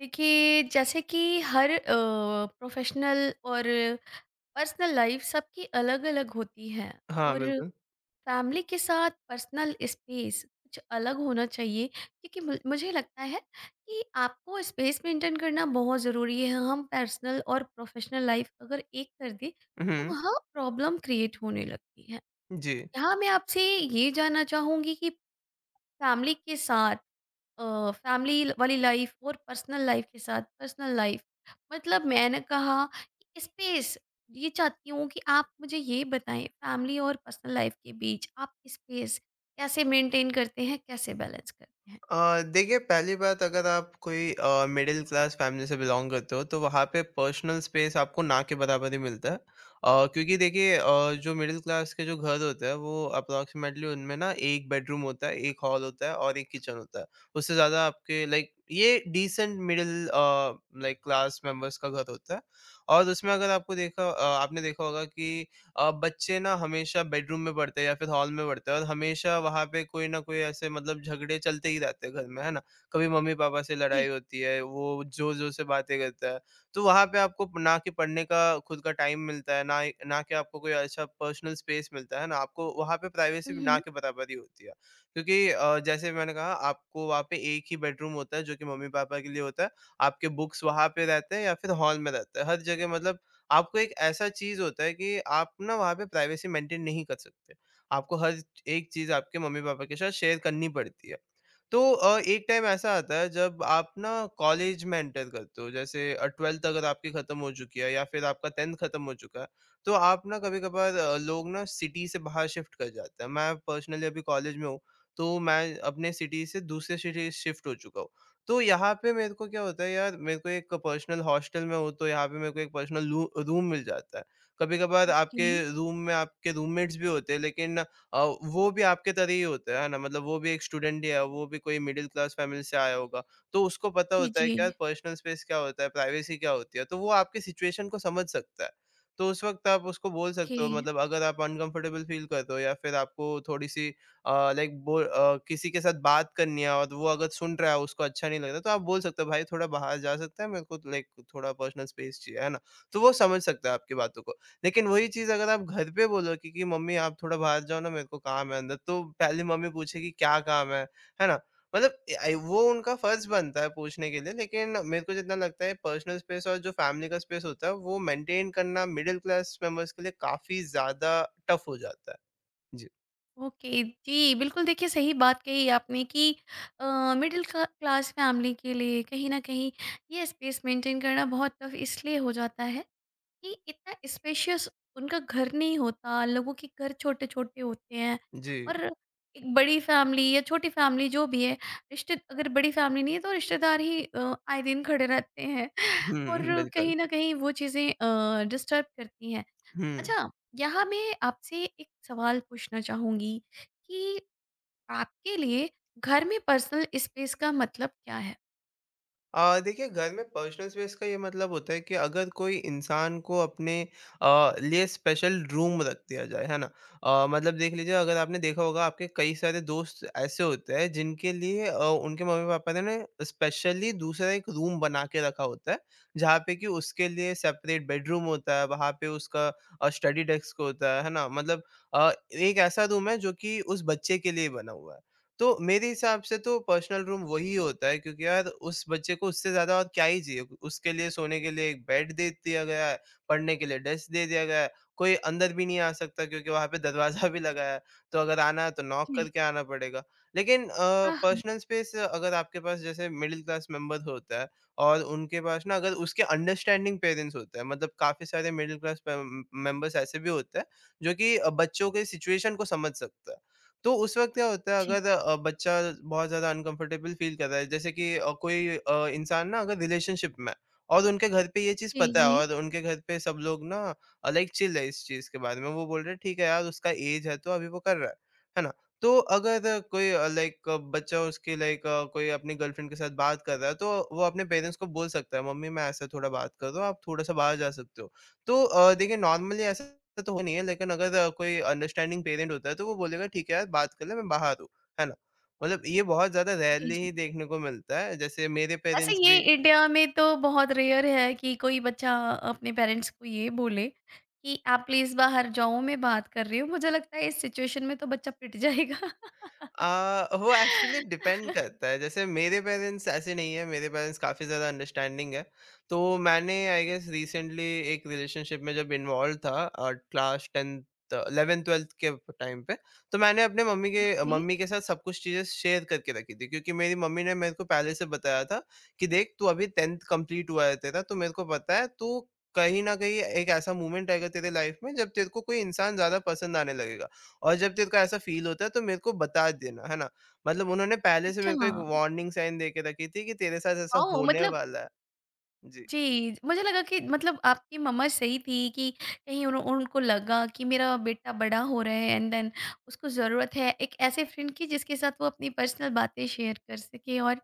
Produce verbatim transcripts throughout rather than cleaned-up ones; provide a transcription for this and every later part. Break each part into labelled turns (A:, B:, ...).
A: देखिए, जैसे कि हर प्रोफेशनल और पर्सनल लाइफ सबकी अलग अलग होती है।
B: हाँ,
A: और
B: बिल्कुल।
A: फैमिली के साथ पर्सनल स्पेस कुछ अलग होना चाहिए, क्योंकि मु- मुझे लगता है कि आपको स्पेस मेंटेन करना बहुत ज़रूरी है। हम पर्सनल और प्रोफेशनल लाइफ अगर एक कर दे तो
B: हुँ,
A: वहाँ प्रॉब्लम क्रिएट होने लगती है।
B: जी।
A: यहाँ मैं आपसे ये जानना चाहूँगी कि फैमिली के साथ, फैमिली वाली लाइफ और पर्सनल लाइफ के साथ पर्सनल लाइफ, मतलब मैंने कहा कि स्पेस, ये चाहती हूँ कि आप मुझे ये बताएं फैमिली और पर्सनल लाइफ के बीच आप स्पेस कैसे मेंटेन करते हैं, कैसे बैलेंस करते हैं।
B: अ, देखिए पहली बात अगर आप कोई अ, मिडल क्लास फैमिली से बिलॉन्ग करते हो तो वहाँ पे पर्सनल स्पेस आपको ना के बराबर ही मिलता है। अ, क्योंकि देखिए अ, जो मिडल क्लास के जो घर होते हैं वो अप्रॉक्सिमेटली उनमें ना एक बेडरूम होता है, एक हॉल होता है और एक किचन होता है। उससे ज़्यादा आपके लाइक ये डिसेंट मिडल अ, लाइक क्लास मेंबर्स का घर होता है और उसमें अगर आपको देखा अ, आपने देखा होगा कि अ, बच्चे ना हमेशा बेडरूम में पढ़ते हैं या फिर हॉल में पढ़ते हैं और हमेशा वहाँ पे कोई ना कोई ऐसे मतलब झगड़े चलते ही रहते हैं घर में, है ना? कभी मम्मी-पापा से लड़ाई
A: जी।
B: होती है, वो ज़ोर-ज़ोर से बातें करता है। तो वहाँ पे आपको ना कि पढ़ने का खुद का टाइम मिलता है, ना ही ना कि आपको कोई अच्छा पर्सनल स्पेस मिलता है ना? आपको वहाँ पे प्राइवेसी भी ना
A: हम्म।
B: के बराबर ही होती है। क्योंकि अ, जैसे मैंने कहा आपको वहाँ पे एक ही बेडरूम होता है जो कि मम्मी-पापा के लिए होता है, आपके बुक्स वहाँ पे रहते हैं या फिर हॉल में रहते हैं। हर जगह मतलब आपको एक ऐसा चीज़ होता है कि आप ना वहाँ पे प्राइवेसी मेंटेन नहीं कर सकते। आपको हर एक चीज़ आपके मम्मी-पापा के साथ शेयर करनी पड़ती है। तो अ, एक टाइम ऐसा आता है जब आप ना कॉलेज में एंटर करते हो जैसे ट्वेल्थ अगर आपकी खत्म हो चुकी है या फिर आपका टेंथ खत्म हो चुका है तो आप ना कभी कभार अ, लोग ना सिटी से बाहर शिफ्ट कर जाते हैं मैं पर्सनली अभी कॉलेज में हूँ तो मैं अपने सिटी से दूसरे सिटी शिफ्ट हो चुका हूँ। तो यहाँ पे मेरे को क्या होता है यार मेरे को एक पर्सनल हॉस्टल में हो तो यहाँ पे मेरे को एक पर्सनल रूम मिल जाता है। कभी कभार आपके
A: जी
B: रूम में आपके रूममेट्स भी होते हैं लेकिन अ, वो भी आपके तरह ही होता है ना, मतलब वो भी एक स्टूडेंट ही है, वो भी कोई मिडिल क्लास फैमिली से आया होगा। तो उसको पता
A: जी।
B: होता
A: जी।
B: है कि यार पर्सनल स्पेस क्या होता है, प्राइवेसी क्या होती है, तो वो आपके सिचुएशन को समझ सकता है। तो उस वक़्त आप उसको बोल
A: ओके।
B: सकते हो मतलब अगर आप अनकम्फर्टेबल फ़ील करते हो या फिर आपको थोड़ी-सी अ, लाइक बो अ, किसी के साथ बात करनी है और वो अगर सुन रहा है उसको अच्छा नहीं लग रहा, तो आप बोल सकते हो भाई थोड़ा बाहर जा सकते हैं, मेरे को लाइक थोड़ा पर्सनल स्पेस चाहिए, है ना? तो वो समझ सकता है आपकी बातों को। लेकिन वही चीज़ अगर आप घर पे बोलो कि कि मम्मी आप थोड़ा बाहर जाओ ना मेरे को काम है अंदर, तो पहले मम्मी पूछेगी क्या काम है, है ना? मतलब ए आई वो उनका फर्ज़ बनता है पूछने के लिए, लेकिन मेरे को जितना लगता है पर्सनल स्पेस और जो फैमिली का स्पेस होता है वो मेंटेन करना मिडल क्लास मेंबर्स के लिए काफ़ी ज़्यादा टफ हो जाता है। जी।
A: ओके जी, बिल्कुल। देखिए, सही बात कही आपने कि मिडिल क्लास फैमिली के लिए कहीं ना कहीं ये स्पेस मेंटेन करना बहुत टफ इसलिए हो जाता है कि इतना स्पेशियस उनका घर नहीं होता, लोगों के घर छोटे छोटे होते हैं।
B: जी।
A: और एक बड़ी फैमिली या छोटी फैमिली जो भी है, रिश्ते, अगर बड़ी फैमिली नहीं है तो रिश्तेदार ही अ, आए दिन खड़े रहते हैं।
B: हुँ,
A: और
B: बिल्कुल।
A: कहीं ना कहीं वो चीज़ें डिस्टर्ब करती हैं।
B: हुँ।
A: अच्छा, यहाँ मैं आपसे एक सवाल पूछना चाहूँगी कि आपके लिए घर में पर्सनल स्पेस का मतलब क्या है?
B: अ, देखिए घर में पर्सनल स्पेस का ये मतलब होता है कि अगर कोई इंसान को अपने अ, लिए स्पेशल रूम रख दिया जाए, है ना? अ, मतलब देख लीजिए अगर आपने देखा होगा आपके कई सारे दोस्त ऐसे होते हैं जिनके लिए अ, उनके मम्मी-पापा ने ना स्पेशली दूसरा एक रूम बना के रखा होता है, जहाँ पे कि उसके लिए सेपरेट बेडरूम होता है, वहाँ पे उसका अ, स्टडी डेस्क होता है, है ना? मतलब अ, एक ऐसा रूम है जो कि उस बच्चे के लिए बना हुआ है। तो मेरे हिसाब से तो पर्सनल रूम वही होता है क्योंकि यार उस बच्चे को उससे ज़्यादा और क्या ही चाहिए? उसके लिए सोने के लिए एक बेड दे दिया गया है, पढ़ने के लिए डेस्क दे दिया गया है, कोई अंदर भी नहीं आ सकता क्योंकि वहाँ पे दरवाज़ा भी लगा है, तो अगर आना है तो नॉक
A: जी।
B: करके आना पड़ेगा। लेकिन अ,
A: हाँ हाँ।
B: पर्सनल स्पेस अगर आपके पास जैसे मिडिल क्लास मेंबर होता है और उनके पास ना अगर उसके अंडरस्टैंडिंग पेरेंट्स होते हैं, मतलब काफ़ी सारे मिडिल क्लास पे मेंबर्स ऐसे भी होते हैं, जो कि अ, बच्चों के सिचुएशन को समझ सकता है। तो उस वक़्त क्या होता है
A: जी
B: अगर अ, बच्चा बहुत ज़्यादा अनकम्फ़र्टेबल फ़ील कर रहा है जैसे कि अ, कोई अ, इंसान ना अगर रिलेशनशिप में है और उनके घर पे ये चीज़
A: जी।
B: पता है
A: जी।
B: और उनके घर पे सब लोग ना अ, लाइक चिल है इस चीज़ के बारे में। वो बोल रहे हैं ठीक है यार उसका एज है तो अभी वो कर रहा है। है ना? तो अगर कोई अ, लाइक बच्चा उसकी लाइक अ, कोई अपनी गर्लफ्रेंड के साथ बात कर रहा है तो वो अपने पेरेंट्स को बोल सकता है मम्मी मैं ऐसा थोड़ा बात कर रहा हूँ आप थोड़ा-सा बाहर जा सकते हो। तो अ, देखिए नॉर्मली ऐसा तो हो नहीं है लेकिन अगर अ, कोई अंडरस्टैंडिंग पेरेंट होता है तो वो बोलेगा ठीक है यार बात कर ले मैं बाहर हूँ, है ना? मतलब ये बहुत ज़्यादा
A: जी।
B: रेयरली
A: जी,
B: ही देखने को मिलता है, जैसे मेरे
A: ऐसे
B: पेरेंट्स
A: ये
B: भी
A: इंडिया में तो बहुत रेयर है कि कोई बच्चा अपने पेरेंट्स को ये बोले कि आप प्लीज बाहर जाओ, मैं बात कर रही हूँ। मुझे लगता है इस सिचुएशन में तो बच्चा पिट जाएगा।
B: अ, वो एक्चुअली डिपेंड करता है, जैसे मेरे पेरेंट्स ऐसे नहीं है, मेरे पेरेंट्स काफ़ी ज़्यादा अंडरस्टैंडिंग है, तो मैंने आई गेस रिसेंटली एक रिलेशनशिप में जब इन्वॉल्व था अ, क्लास टेंथ इलेवंथ-ट्वेल्थ के टाइम पे, तो मैंने अपने मम्मी के
A: ओके।
B: मम्मी के साथ सब कुछ चीज़ें शेयर करके रखी थी क्योंकि मेरी मम्मी ने मेरे को पहले से बताया था कि देख तू अभी टेंथ कंप्लीट हुआ है तेरा, तो मेरे को पता है तू कहीं न कहीं एक ऐसा मोमेंट आएगा तेरे लाइफ में जब तेरे को कोई इंसान ज़्यादा पसंद आने लगेगा। और जब तेरे को ऐसा फ़ील होता है तो मेरे को बता देना, है ना? मतलब उन्होंने पहले से
A: अच्छा,
B: मेरे को एक वार्निंग साइन दे के रखी थी कि तेरे साथ ऐसा
A: वाओ,
B: होने
A: मतलब,
B: वाला है। जी।
A: जी, मुझे लगा कि मतलब आपकी मम्मा सही थी कि कहीं उन, उनको लगा कि मेरा बेटा बड़ा हो रहा है, एंड देन उसको ज़रूरत है एक ऐसे फ्रेंड की जिसके साथ वो अपनी पर्सनल बातें शेयर कर सके, और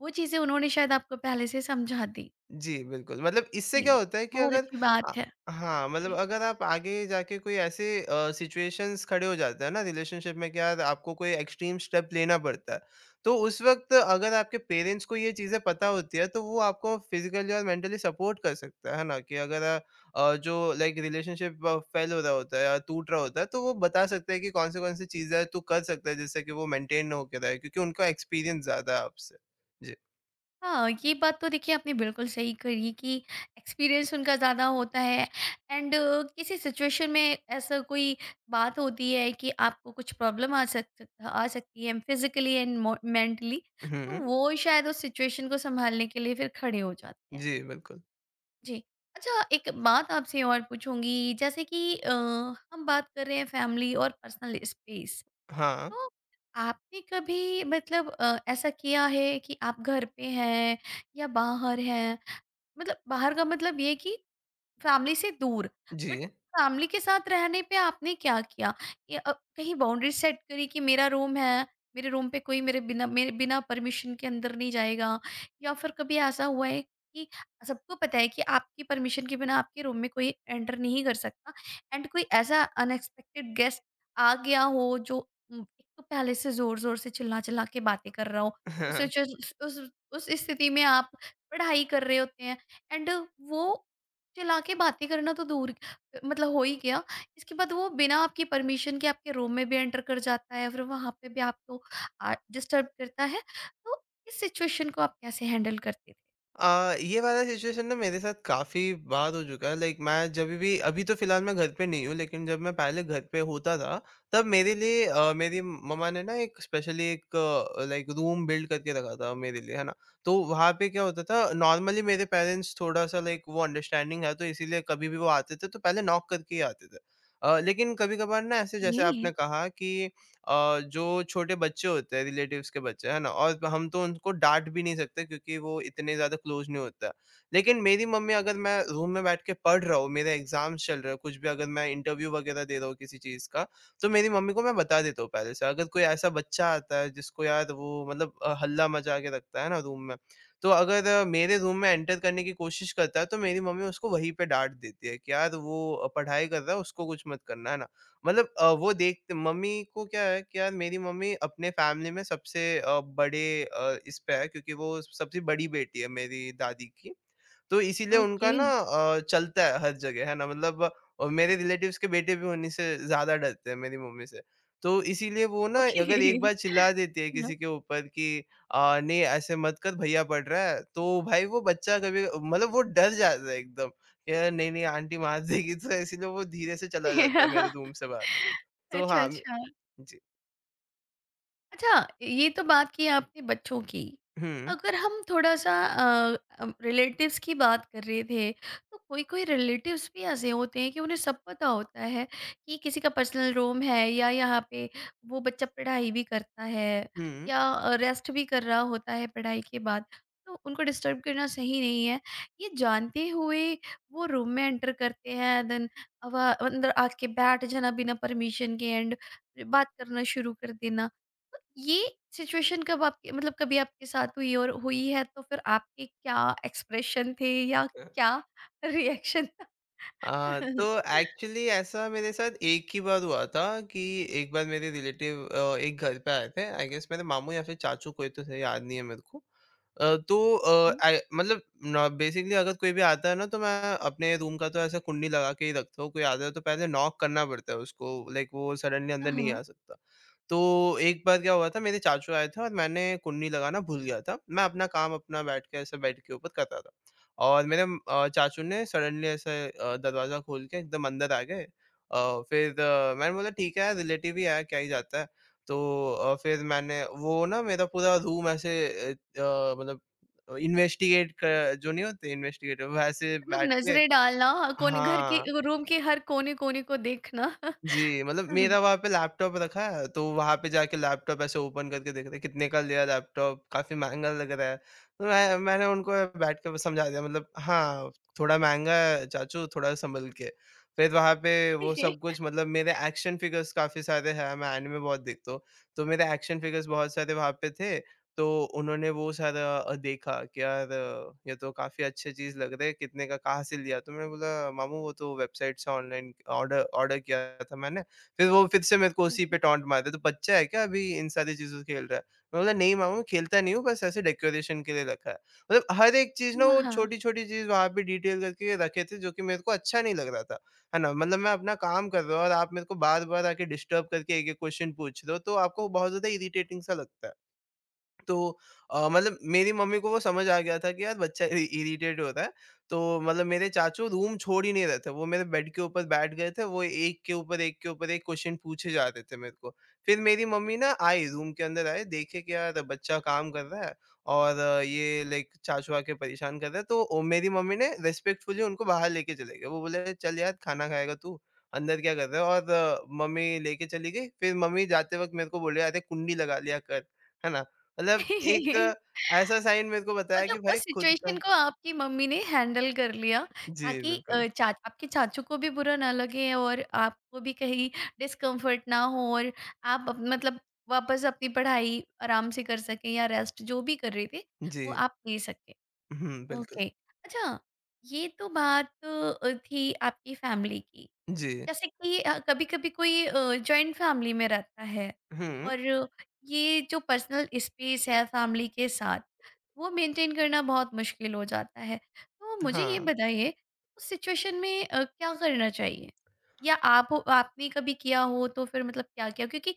A: वो चीज़ें उन्होंने शायद आपको पहले से समझा दी।
B: जी, बिल्कुल। मतलब इससे क्या
A: जी,
B: होता है कि
A: बहुत
B: अगर
A: अच्छी बात
B: अ,
A: है।
B: हाँ, मतलब
A: जी।
B: अगर आप आगे जाके कोई ऐसे अ, सिचुएशंस खड़े हो जाते हैं ना रिलेशनशिप में कि यार आपको कोई एक्सट्रीम स्टेप लेना पड़ता है। तो उस वक़्त अगर आपके पेरेंट्स को ये चीज़ें पता होती है तो वो आपको फिज़िकली और मेंटली सपोर्ट कर सकता है, है ना? कि अगर अ, जो लाइक रिलेशनशिप फेल हो रहा होता है या टूट रहा होता है तो वो बता सकते हैं कि कौन-से-कौन सी चीज़ें तू कर सकता है जिससे कि वो मेंटेन होके रहे, क्योंकि उनका एक्सपीरियंस ज़्यादा है आपसे। जी।
A: हाँ, ये बात तो देखिए आपने बिल्कुल सही कही कि एक्सपीरियंस उनका ज़्यादा होता है, एंड किसी सिचुएशन में ऐसा कोई बात होती है कि आपको कुछ प्रॉब्लम आ सक आ सकती है फिज़िकली एंड मो मेंटली, तो
B: हुँ,
A: वो शायद उस सिचुएशन को सँभालने के लिए फिर खड़े हो जाते हैं।
B: जी, बिल्कुल।
A: जी। अच्छा, एक बात आपसे और पूछूँगी। जैसे कि अ, हम बात कर रहे हैं फैमिली और पर्सनल स्पेस,
B: हाँ।
A: तो आपने कभी मतलब अ, ऐसा किया है कि आप घर पे हैं या बाहर हैं, मतलब बाहर का मतलब ये कि फैमिली से दूर, बट
B: जी।
A: फैमिली के साथ रहने पे आपने क्या किया? ये अ, कहीं बाउंड्री सेट करी कि मेरा रूम है, मेरे रूम पे कोई मेरे बिना मेरे बिना परमिशन के अंदर नहीं जाएगा, या फिर कभी ऐसा हुआ है कि सबको पता है कि आपकी परमिशन के बिना आपके रूम में कोई एंटर नहीं कर सकता, एंड कोई ऐसा अनएक्सपेक्टेड गेस्ट आ गया हो जो उम, एक तो पहले से ज़ोर-ज़ोर से चिल्ला-चिल्ला के बातें कर रहा हो, उस सिचुएश उस उस स्थिति में आप पढ़ाई कर रहे होते हैं, एंड वो चिल्ला के बातें करना तो दूर, मतलब हो ही गया, इसके बाद वो बिना आपकी परमिशन के आपके रूम में भी एंटर कर जाता है, फिर वहाँ पे भी आपको डिस्टर्ब करता है। तो इस सिचुएशन को आप कैसे हैंडल करते थे?
B: अ, ये वाला सिचुएशन ना मेरे साथ काफ़ी बार हो चुका है, लाइक मैं जब भी अभी तो फ़िलहाल मैं घर पे नहीं हूँ लेकिन जब मैं पहले घर पे होता था तब मेरे लिए अ, मेरी मम्मा ने ना एक स्पेशली एक अ, लाइक रूम बिल्ड करके रखा था मेरे लिए, है ना? तो वहाँ पे क्या होता था नॉर्मली मेरे पेरेंट्स थोड़ा-सा लाइक वो अंडरस्टैंडिंग है तो इसीलिए कभी भी वो आते थे तो पहले नॉक करके ही आते थे। अ, लेकिन कभी-कभार ना ऐसे
A: ओके।
B: जैसे आपने कहा कि अ, जो छोटे बच्चे होते हैं रिलेटिव्स के बच्चे, है ना? और हम तो उनको डाँट भी नहीं सकते क्योंकि वो इतने ज़्यादा क्लोज़ नहीं होता है। लेकिन मेरी मम्मी अगर मैं रूम में बैठ के पढ़ रहा हूँ, मेरे एग्ज़ाम्स चल रहे हैं, कुछ भी अगर मैं इंटरव्यू वग़ैरह दे रहा हूँ किसी चीज़ का, तो मेरी मम्मी को मैं बता देता हूँ पहले से। अगर कोई ऐसा बच्चा आता है जिसको यार वो मतलब अ, हल्ला मचा के रखता है ना रूम में, तो अगर अ, मेरे रूम में एंटर करने की कोशिश करता है तो मेरी मम्मी उसको वहीं पे डाँट देती है कि यार वो अ, पढ़ाई कर रहा है उसको कुछ मत करना, है ना? मतलब अ, वो देख मम्मी को क्या है कि यार मेरी मम्मी अपने फैमिली में सबसे अ, बड़े अ, इस पे है क्योंकि वो सबसे बड़ी बेटी है मेरी दादी की। तो इसीलिए
A: ओके।
B: उनका ना अ, चलता है हर जगह, है ना? मतलब अ, मेरे रिलेटिव्स के बेटे भी उन्हीं से ज़्यादा डरते हैं मेरी मम्मी से। तो इसीलिए वो ना
A: ओके।
B: अगर एक बार चिल्ला देती है किसी के ऊपर कि अ, नहीं ऐसे मत कर भैया पढ़ रहा है, तो भाई वो बच्चा कभी मतलब वो डर जाता है एकदम। यार नहीं, नहीं आंटी मार देगी। तो इसीलिए वो धीरे से चला जाता है मेरे
A: हाँ।
B: रूम से बाहर। तो
A: अच्छा
B: हाँ,
A: अच्छा।
B: जी।
A: अच्छा, ये तो बात की आपने बच्चों की।
B: हुँ,
A: अगर हम थोड़ा-सा अ, अम, रिलेटिव्स की बात कर रहे थे, तो कोई-कोई रिलेटिव्स भी ऐसे होते हैं कि उन्हें सब पता होता है कि किसी का पर्सनल रूम है या यहाँ पे वो बच्चा पढ़ाई भी करता है
B: हुँ।
A: या अ, रेस्ट भी कर रहा होता है पढ़ाई के बाद, तो उनको डिस्टर्ब करना सही नहीं है। ये जानते हुए वो रूम में एंटर करते हैं, देन अब अंदर आके बैठ जाना बिना परमिशन के एंड बात करना शुरू कर देना। ये सिचुएशन कब आपके मतलब कभी आपके साथ हुई, और हुई है तो फिर आपके क्या एक्सप्रेशन थे या
B: अ,
A: क्या रिएक्शन था?
B: अ, तो एक्चुअली ऐसा मेरे साथ एक ही बार हुआ था कि एक बार मेरे रिलेटिव अ, एक घर पे आए थे, आई गेस मेरे मामू या फिर चाचू कोई तो थे, याद नहीं है मेरे को। अ, तो अ,
A: हम्म।
B: आई मतलब न बेसिकली अगर कोई भी आता है ना तो मैं अपने रूम का तो ऐसा कुंडी लगा के ही रखता हूँ, कोई आता है तो पहले नॉक करना पड़ता है उसको, लाइक वो सडनली अंदर नहीं
A: हाँ,
B: आ सकता। तो एक बार क्या हुआ था मेरे चाचू आए थे और मैंने कुन्नी लगाना भूल गया था। मैं अपना काम अपना बैठ के ऐसे बेड के ऊपर कर रहा था और मेरे अ, चाचू ने सडनली ऐसे अ, दरवाज़ा खोल के एकदम अंदर आ गए। अ, फिर अ, मैंने बोला ठीक है रिलेटिव ही आया क्या ही जाता है। तो अ, फिर मैंने वो ना मेरा पूरा रूम ऐसे अ अ, मतलब इन्वेस्टिगेट क जो नहीं होते इन्वेस्टिगेटर वैसे
A: मतलब
B: बैठ के
A: नजरें डालना, हर कोने घर की,
B: हाँ।
A: रूम के हर कोने कोने को देखना।
B: जी, मतलब
A: हाँ।
B: मेरा वहाँ पे लैपटॉप रखा है, तो वहाँ पे जाके लैपटॉप ऐसे ओपन करके देख रहे हैं, कितने का लिया लैपटॉप, काफ़ी महँगा लग रहा है। तो मैं मैंने उनको बैठ के समझा दिया मतलब हाँ, थोड़ा महँगा है चाचू, थोड़ा सँभल के। फिर वहाँ पे वो
A: जी।
B: सब कुछ मतलब मेरे एक्शन फ़िगर्स काफ़ी सारे हैं, मैं एनिमे बहुत देखता हूँ, तो मेरे एक्शन फ़िगर्स बहुत सारे वहाँ पे थे। तो उन्होंने वो सारा अ, देखा कि यार अ, ये तो काफ़ी अच्छी चीज़ लग रही है, कितने का कहाँ से लिया? तो मैंने बोला, "मामू वो तो वेबसाइट से ऑनलाइन ऑर्डर ऑर्डर किया था मैंने।" फिर वो फिर से मेरे को उसी पे टॉन्ट मारते, "तू बच्चा है क्या अभी इन सारी चीज़ों से खेल रहा है?" मैं बोला, "नहीं मामू खेलता नहीं हूँ, बस ऐसे डेकोरेशन के लिए रखा है।" मतलब हर एक चीज़ ना
A: हाँ
B: वो
A: हाँ।
B: छोटी-छोटी चीज़ वहाँ पे डिटेल करके रखे थे जो कि मेरे को अच्छा नहीं लग रहा था, है ना? मतलब मैं अपना काम कर रहा हूँ और आप मेरे को बार-बार आके डिस्टर्ब करके एक-एक क्वेश्चन पूछ रहे हो, तो आपको बहुत ज़्यादा इरिटेटिंग सा लगता है। तो अ, मतलब मेरी मम्मी को वो समझ आ गया था कि यार बच्चा इरि इरिटेट हो रहा है। तो मतलब मेरे चाचू रूम छोड़ ही नहीं रहे थे। वो मेरे बेड के ऊपर बैठ गए थे। वो एक के ऊपर एक के ऊपर एक क्वेश्चन पूछे जा रहे थे मेरे को। फिर मेरी मम्मी ना आई रूम के अंदर आई, देखे कि यार बच्चा काम कर रहा है और अ, ये लाइक चाचू आके परेशान कर रहा है। तो ओ मेरी मम्मी ने रिस्पेक्टफुली उनको बाहर लेके चले गए। वो बोले, "चल यार खाना खाएगा तू, अंदर क्या कर रहा है?" और अ, मम्मी लेके चली गई। फिर मम्मी जाते वक़्त मेरे को बोले, "अरे कुंडी लगा लिया कर।" है ना? मतलब एक
A: ये
B: ऐसा साइन मेरे को बताया
A: मतलब
B: कि
A: उस
B: भाई खुद
A: सिचुएशन
B: का।
A: को आपकी मम्मी ने हैंडल कर लिया
B: जी,
A: ताकि अ,
B: बिल्कुल।
A: चा आपके चाचू को भी बुरा ना लगे, और आपको भी कहीं डिस्कम्फर्ट ना हो, और आप अप- मतलब वापस अपनी पढ़ाई आराम से कर सकें या रेस्ट जो भी कर रहे थे
B: जी।
A: वो आप ले सकें।
B: हुँ, बिल्कुल।
A: ओके। अच्छा, ये तो बात अ, थी आपकी फैमिली की।
B: जी।
A: जैसे कि कभी कभी कोई जॉइंट फैमिली में रहता है,
B: हुँ।
A: और ये जो पर्सनल स्पेस है फैमिली के साथ, वो मेंटेन करना बहुत मुश्किल हो जाता है। तो मुझे ये
B: हाँ।
A: बताइए उस सिचुएशन में अ, क्या करना चाहिए, या आप आपने कभी किया हो तो फिर मतलब क्या किया, क्योंकि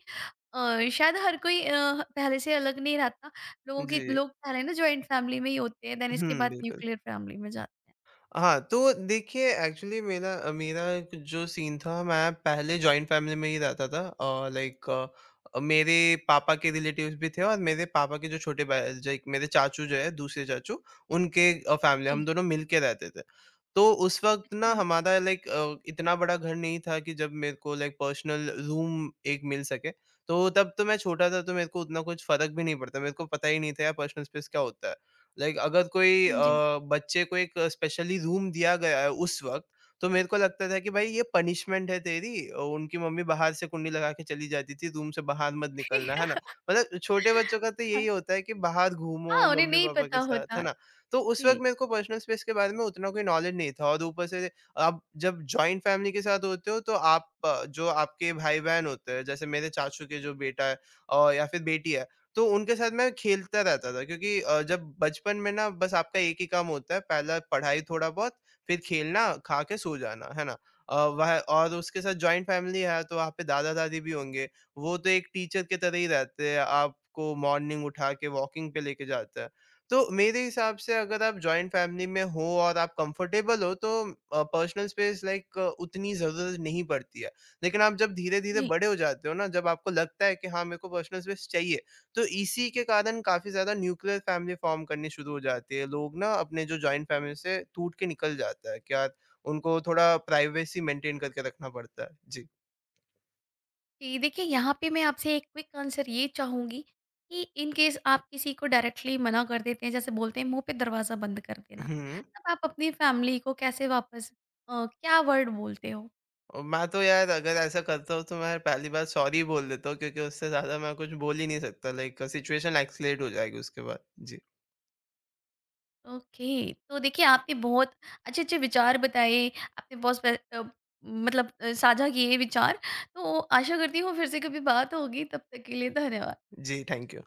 A: अ, शायद हर कोई अ, पहले से अलग नहीं रहता। लोगों के
B: जी।
A: लोग पहले ना जॉइंट फैमिली में ही होते हैं, देन इसके
B: हुँ,
A: बाद
B: बिल्कुल।
A: न्यूक्लियर फैमिली में जाते हैं।
B: हाँ, तो देखिए एक्चुअली मेरा अ, मेरा एक जो सीन था मैं पहले जॉइंट फ़ैमिली में ही रहता था अ, लाइक अ, मेरे पापा के रिलेटिव्स भी थे और मेरे पापा के जो छोटे भाई जो एक मेरे चाचू जो है दूसरे चाचू उनके अ, फ़ैमिली
A: जी
B: हम दोनों मिल के रहते थे। तो उस वक़्त ना हमारा लाइक अ, इतना बड़ा घर नहीं था कि जब मेरे को लाइक पर्सनल रूम एक मिल सके। तो तब तो मैं छोटा था तो मेरे को उतना कुछ फ़र्क भी नहीं पड़ता। मेरे को पता ही नहीं था यार पर्सनल स्पेस क्या होता है। लाइक अगर कोई अ,
A: जी।
B: बच्चे को एक स्पेशली रूम दिया गया है उस वक़्त, तो मेरे को लगता था कि भाई ये पनिशमेंट है तेरी अ, उनकी मम्मी बाहर से कुंडी लगा के चली जाती थी, रूम से बाहर मत निकलना, है ना? मतलब छोटे बच्चों का तो यही होता है कि बाहर घूमो
A: हाँ, उन्हें नहीं
B: मम्मी-पापा
A: पता
B: के साथ, है
A: होता।
B: ना? तो उस वक़्त
A: जी।
B: मेरे को पर्सनल स्पेस के बारे में उतना कोई नॉलेज नहीं था और ऊपर से आप जब जॉइंट फैमिली के साथ होते हो तो आप अ, जो आपके भाई-बहन होते हैं, जैसे मेरे चाचू के जो बेटा है और या फिर बेटी है तो उनके साथ मैं खेलता रहता था क्योंकि अ, जब बचपन में ना बस आपका एक ही काम होता है पहला पढ़ाई थोड़ा बहुत फिर खेलना, खा के सो जाना, है ना? अ, वह और उसके साथ जॉइंट फैमिली है तो वहाँ पे दादा-दादी भी होंगे, वो तो एक टीचर की तरह ही रहते हैं, आपको मॉर्निंग उठा के वॉकिंग पे लेके जाते हैं। तो मेरे हिसाब से अगर आप जॉइंट फैमिली में हो और आप कंफर्टेबल हो तो अ, पर्सनल स्पेस लाइक उतनी ज़रूरत नहीं पड़ती है। लेकिन आप जब धीरे-धीरे
A: जी।
B: बड़े हो जाते हो ना, जब आपको लगता है कि हाँ, मेरे को पर्सनल स्पेस चाहिए, तो इसी के कारण काफ़ी ज़्यादा न्यूक्लियर फैमिली फ़ॉर्म करनी शुरू हो जाती है। लोग ना अपने जो जॉइंट फैमिली से टूट के निकल जाता है क्या उनको थोड़ा प्राइवेसी मेंटेन करके रखना पड़ता है। जी।
A: जी, देखिए यहाँ पे मैं आपसे एक क्विक आंसर ये चाहूँगी कि इन केस आप किसी को डायरेक्टली मना कर देते हैं, जैसे बोलते हैं मुँह पे दरवाज़ा बंद कर देना,
B: हुँ।
A: तब आप अपनी फैमिली को कैसे वापस, अ, क्या वर्ड बोलते हो?
B: और मैं तो यार अगर ऐसा करता हूँ तो मैं पहली बार सॉरी बोल देता हूँ क्योंकि उससे ज़्यादा मैं कुछ बोल ही नहीं सकता लाइक सिचुएशन एस्केलेट हो जाएगी उसके बाद। जी।
A: ओके, तो देखिए आपने बहुत अच्छे-अच्छे विचार बताए, आपने बहुत स्पे अ, मतलब अ, साझा किए विचार, तो आशा करती हूँ फिर से कभी बात होगी, तब तक के लिए धन्यवाद।
B: जी, थैंक यू।